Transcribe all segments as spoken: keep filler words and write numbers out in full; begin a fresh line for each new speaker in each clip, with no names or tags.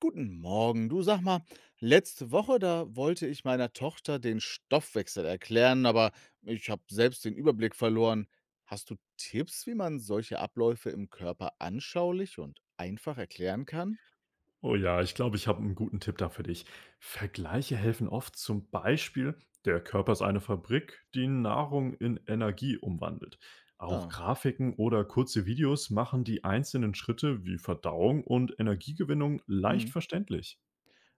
Guten Morgen. Du, sag mal, letzte Woche, da wollte ich meiner Tochter den Stoffwechsel erklären, aber ich habe selbst den Überblick verloren. Hast du Tipps, wie man solche Abläufe im Körper anschaulich und einfach erklären kann?
Oh ja, ich glaube, ich habe einen guten Tipp da für dich. Vergleiche helfen oft, zum Beispiel: Der Körper ist eine Fabrik, die Nahrung in Energie umwandelt. Auch
Ah,
Grafiken oder kurze Videos machen die einzelnen Schritte wie Verdauung und Energiegewinnung
hm.
leicht verständlich.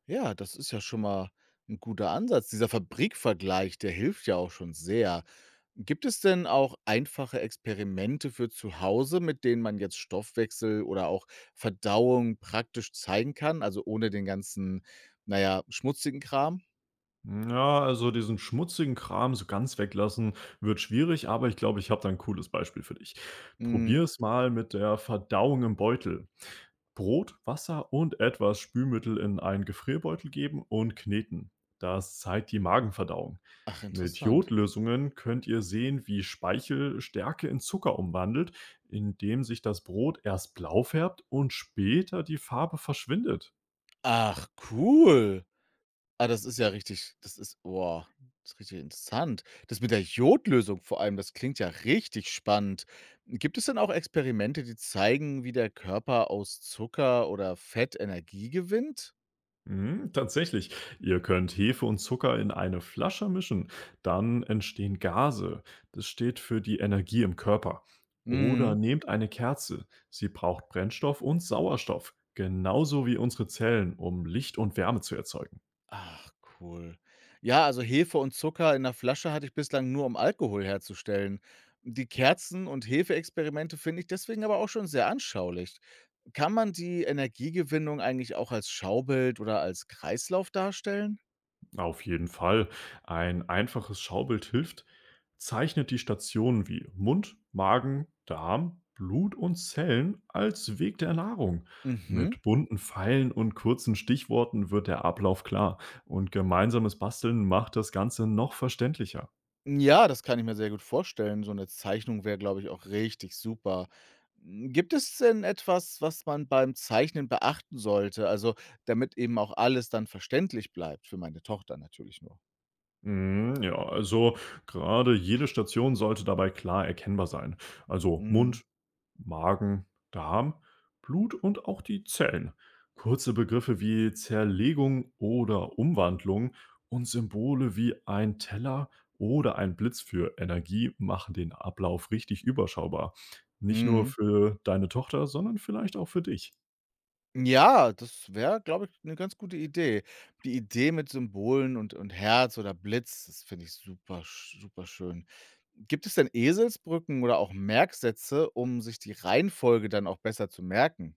Ja, das ist ja schon mal ein guter Ansatz. Dieser Fabrikvergleich, der hilft ja auch schon sehr. Gibt es denn auch einfache Experimente für zu Hause, mit denen man jetzt Stoffwechsel oder auch Verdauung praktisch zeigen kann, also ohne den ganzen, naja, schmutzigen Kram?
Ja, also diesen schmutzigen Kram so ganz weglassen wird schwierig, aber ich glaube, ich habe da 'n cooles Beispiel für dich. Probier
Mhm.
es mal mit der Verdauung im Beutel. Brot, Wasser und etwas Spülmittel in einen Gefrierbeutel geben und kneten. Das zeigt die Magenverdauung.
Ach,
Mit
interessant.
Jodlösungen könnt ihr sehen, wie Speichel Stärke in Zucker umwandelt, indem sich das Brot erst blau färbt und später die Farbe verschwindet.
Ach, cool. Ah, das ist ja richtig, das ist boah, das ist richtig interessant. Das mit der Jodlösung vor allem, das klingt ja richtig spannend. Gibt es denn auch Experimente, die zeigen, wie der Körper aus Zucker oder Fett Energie gewinnt?
Mhm, tatsächlich. Ihr könnt Hefe und Zucker in eine Flasche mischen, dann entstehen Gase. Das steht für die Energie im Körper. Oder
Mhm.
nehmt eine Kerze. Sie braucht Brennstoff und Sauerstoff, genauso wie unsere Zellen, um Licht und Wärme zu erzeugen.
Ach, cool. Ja, also Hefe und Zucker in der Flasche hatte ich bislang nur, um Alkohol herzustellen. Die Kerzen- und Hefeexperimente finde ich deswegen aber auch schon sehr anschaulich. Kann man die Energiegewinnung eigentlich auch als Schaubild oder als Kreislauf darstellen?
Auf jeden Fall. Ein einfaches Schaubild hilft. Zeichnet die Stationen wie Mund, Magen, Darm, Blut und Zellen als Weg der Nahrung.
Mhm.
Mit bunten Pfeilen und kurzen Stichworten wird der Ablauf klar und gemeinsames Basteln macht das Ganze noch verständlicher.
Ja, das kann ich mir sehr gut vorstellen. So eine Zeichnung wäre, glaube ich, auch richtig super. Hm, gibt es denn etwas, was man beim Zeichnen beachten sollte? Also, damit eben auch alles dann verständlich bleibt, für meine Tochter natürlich nur.
Mm, Ja, also gerade jede Station sollte dabei klar erkennbar sein. Also
Mhm,
Mund, Magen, Darm, Blut und auch die Zellen. Kurze Begriffe wie Zerlegung oder Umwandlung und Symbole wie ein Teller oder ein Blitz für Energie machen den Ablauf richtig überschaubar. Nicht nur
mhm.
für deine Tochter, sondern vielleicht auch für dich.
Ja, das wäre, glaube ich, eine ganz gute Idee. Die Idee mit Symbolen und und Herz oder Blitz, das finde ich super sch super schön. Gibt es denn Eselsbrücken oder auch Merksätze, um sich die Reihenfolge dann auch besser zu merken?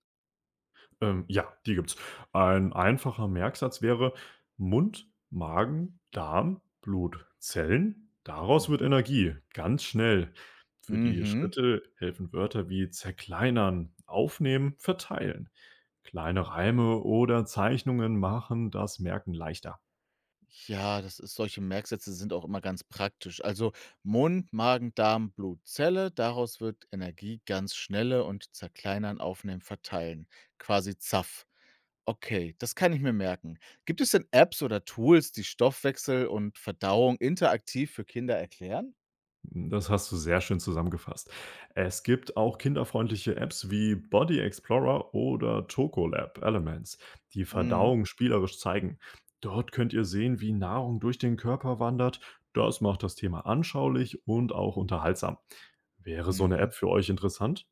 Ähm, ja, die gibt's. Ein einfacher Merksatz wäre: Mund, Magen, Darm, Blut, Zellen. Daraus wird
Mhm.
Energie. Ganz schnell. Für die
Mhm.
Schritte helfen Wörter wie zerkleinern, aufnehmen, verteilen. Kleine Reime oder Zeichnungen machen das Merken leichter.
Ja, das ist solche Merksätze sind auch immer ganz praktisch. Also Mund, Magen, Darm, Blut, Zelle, daraus wird Energie ganz schnelle, und zerkleinern, aufnehmen, verteilen. Quasi Zaff. Okay, das kann ich mir merken. Gibt es denn Apps oder Tools, die Stoffwechsel und Verdauung interaktiv für Kinder erklären?
Das hast du sehr schön zusammengefasst. Es gibt auch kinderfreundliche Apps wie Body Explorer oder Tokolab Elements, die
Mhm.
Verdauung spielerisch zeigen. Dort könnt ihr sehen, wie Nahrung durch den Körper wandert. Das macht das Thema anschaulich und auch unterhaltsam. Wäre so eine
Mhm.
App für euch interessant?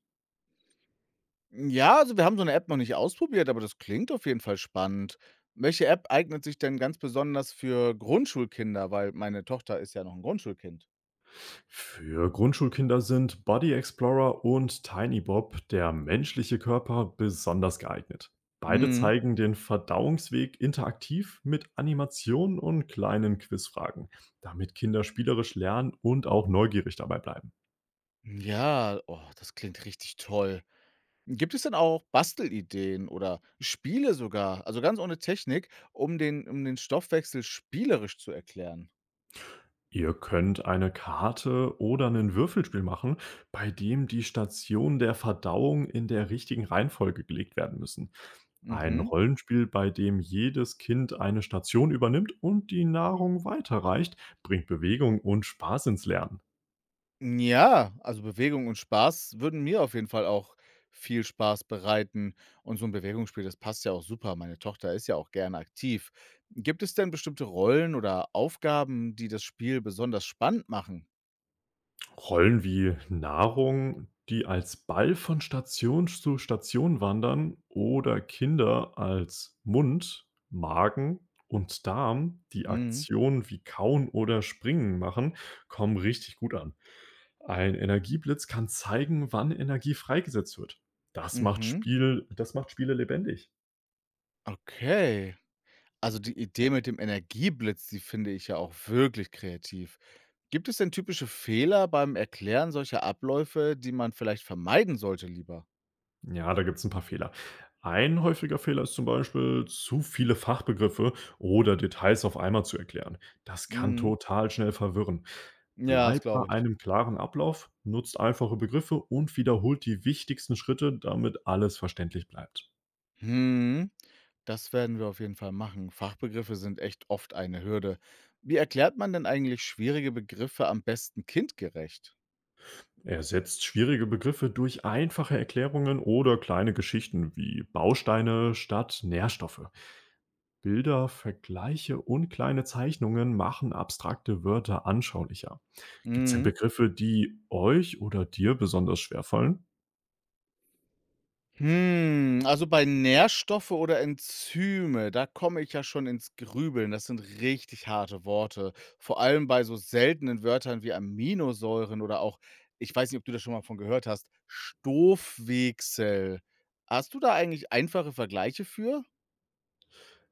Ja, also wir haben so eine App noch nicht ausprobiert, aber das klingt auf jeden Fall spannend. Welche App eignet sich denn ganz besonders für Grundschulkinder? Weil meine Tochter ist ja noch ein Grundschulkind.
Für Grundschulkinder sind Body Explorer und Tiny Bob, der menschliche Körper, besonders geeignet. Beide
Mhm.
zeigen den Verdauungsweg interaktiv mit Animationen und kleinen Quizfragen, damit Kinder spielerisch lernen und auch neugierig dabei bleiben.
Ja, oh, das klingt richtig toll. Gibt es denn auch Bastelideen oder Spiele sogar, also ganz ohne Technik, um den um den Stoffwechsel spielerisch zu erklären?
Ihr könnt eine Karte oder ein Würfelspiel machen, bei dem die Stationen der Verdauung in der richtigen Reihenfolge gelegt werden müssen. Ein
Mhm.
Rollenspiel, bei dem jedes Kind eine Station übernimmt und die Nahrung weiterreicht, bringt Bewegung und Spaß ins Lernen.
Ja, also Bewegung und Spaß würden mir auf jeden Fall auch viel Spaß bereiten. Und so ein Bewegungsspiel, das passt ja auch super. Meine Tochter ist ja auch gerne aktiv. Gibt es denn bestimmte Rollen oder Aufgaben, die das Spiel besonders spannend machen?
Rollen wie Nahrung, die als Ball von Station zu Station wandern oder Kinder als Mund, Magen und Darm, die
Mhm.
Aktionen wie Kauen oder Springen machen, kommen richtig gut an. Ein Energieblitz kann zeigen, wann Energie freigesetzt wird. Das macht
Mhm.
Spiel das macht Spiele lebendig.
Okay. Also die Idee mit dem Energieblitz, die finde ich ja auch wirklich kreativ. Gibt es denn typische Fehler beim Erklären solcher Abläufe, die man vielleicht vermeiden sollte, lieber?
Ja, da gibt's ein paar Fehler. Ein häufiger Fehler ist zum Beispiel, zu viele Fachbegriffe oder Details auf einmal zu erklären. Das kann
Mhm.
total schnell verwirren.
Ja, das
Bleibt bei
glaube ich.
einem klaren Ablauf, nutzt einfache Begriffe und wiederholt die wichtigsten Schritte, damit alles verständlich bleibt.
Mhm. Das werden wir auf jeden Fall machen. Fachbegriffe sind echt oft eine Hürde. Wie erklärt man denn eigentlich schwierige Begriffe am besten kindgerecht?
Ersetzt schwierige Begriffe durch einfache Erklärungen oder kleine Geschichten wie Bausteine statt Nährstoffe. Bilder, Vergleiche und kleine Zeichnungen machen abstrakte Wörter anschaulicher. Gibt es denn
Mhm.
Begriffe, die euch oder dir besonders schwerfallen?
Hm, also bei Nährstoffe oder Enzyme, da komme ich ja schon ins Grübeln. Das sind richtig harte Worte. Vor allem bei so seltenen Wörtern wie Aminosäuren oder auch, ich weiß nicht, ob du das schon mal von gehört hast, Stoffwechsel. Hast du da eigentlich einfache Vergleiche für?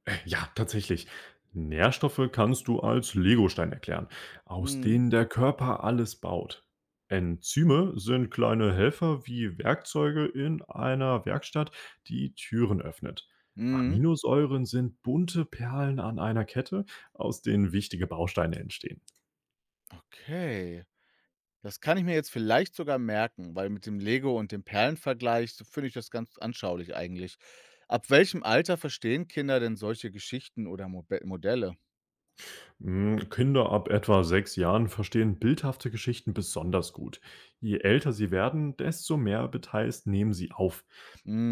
Äh, Ja, tatsächlich. Nährstoffe kannst du als Legostein erklären, aus
Mhm.
denen der Körper alles baut. Enzyme sind kleine Helfer wie Werkzeuge in einer Werkstatt, die Türen öffnet.
Mhm.
Aminosäuren sind bunte Perlen an einer Kette, aus denen wichtige Bausteine entstehen.
Okay. Das kann ich mir jetzt vielleicht sogar merken, weil mit dem Lego und dem Perlenvergleich, so finde ich das ganz anschaulich eigentlich. Ab welchem Alter verstehen Kinder denn solche Geschichten oder Mobe Modelle?
Hm, Kinder ab etwa sechs Jahren verstehen bildhafte Geschichten besonders gut. Je älter sie werden, desto mehr Details nehmen sie auf.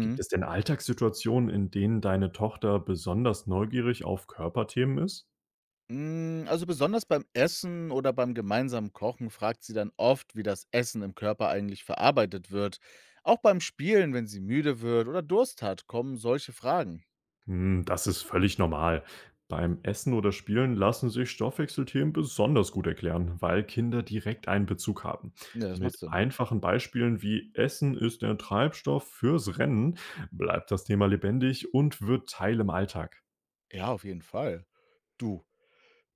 Gibt es denn Alltagssituationen, in denen deine Tochter besonders neugierig auf Körperthemen ist?
Hm, also besonders beim Essen oder beim gemeinsamen Kochen fragt sie dann oft, wie das Essen im Körper eigentlich verarbeitet wird. Auch beim Spielen, wenn sie müde wird oder Durst hat, kommen solche Fragen.
Hm, das ist völlig normal. Beim Essen oder Spielen lassen sich Stoffwechselthemen besonders gut erklären, weil Kinder direkt einen Bezug haben.
Ja, das macht
Mit
Sinn.
einfachen Beispielen wie Essen ist der Treibstoff fürs Rennen bleibt das Thema lebendig und wird Teil im Alltag.
Ja, auf jeden Fall. Du,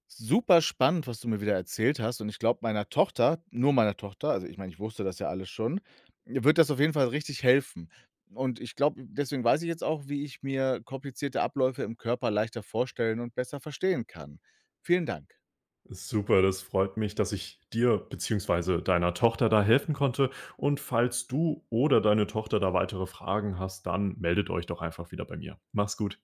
super spannend, was du mir wieder erzählt hast, und ich glaube, meiner Tochter, nur meiner Tochter, also ich meine, ich wusste das ja alles schon, wird das auf jeden Fall richtig helfen. Und ich glaube, deswegen weiß ich jetzt auch, wie ich mir komplizierte Abläufe im Körper leichter vorstellen und besser verstehen kann. Vielen Dank.
Super, das freut mich, dass ich dir beziehungsweise deiner Tochter da helfen konnte. Und falls du oder deine Tochter da weitere Fragen hast, dann meldet euch doch einfach wieder bei mir. Mach's gut.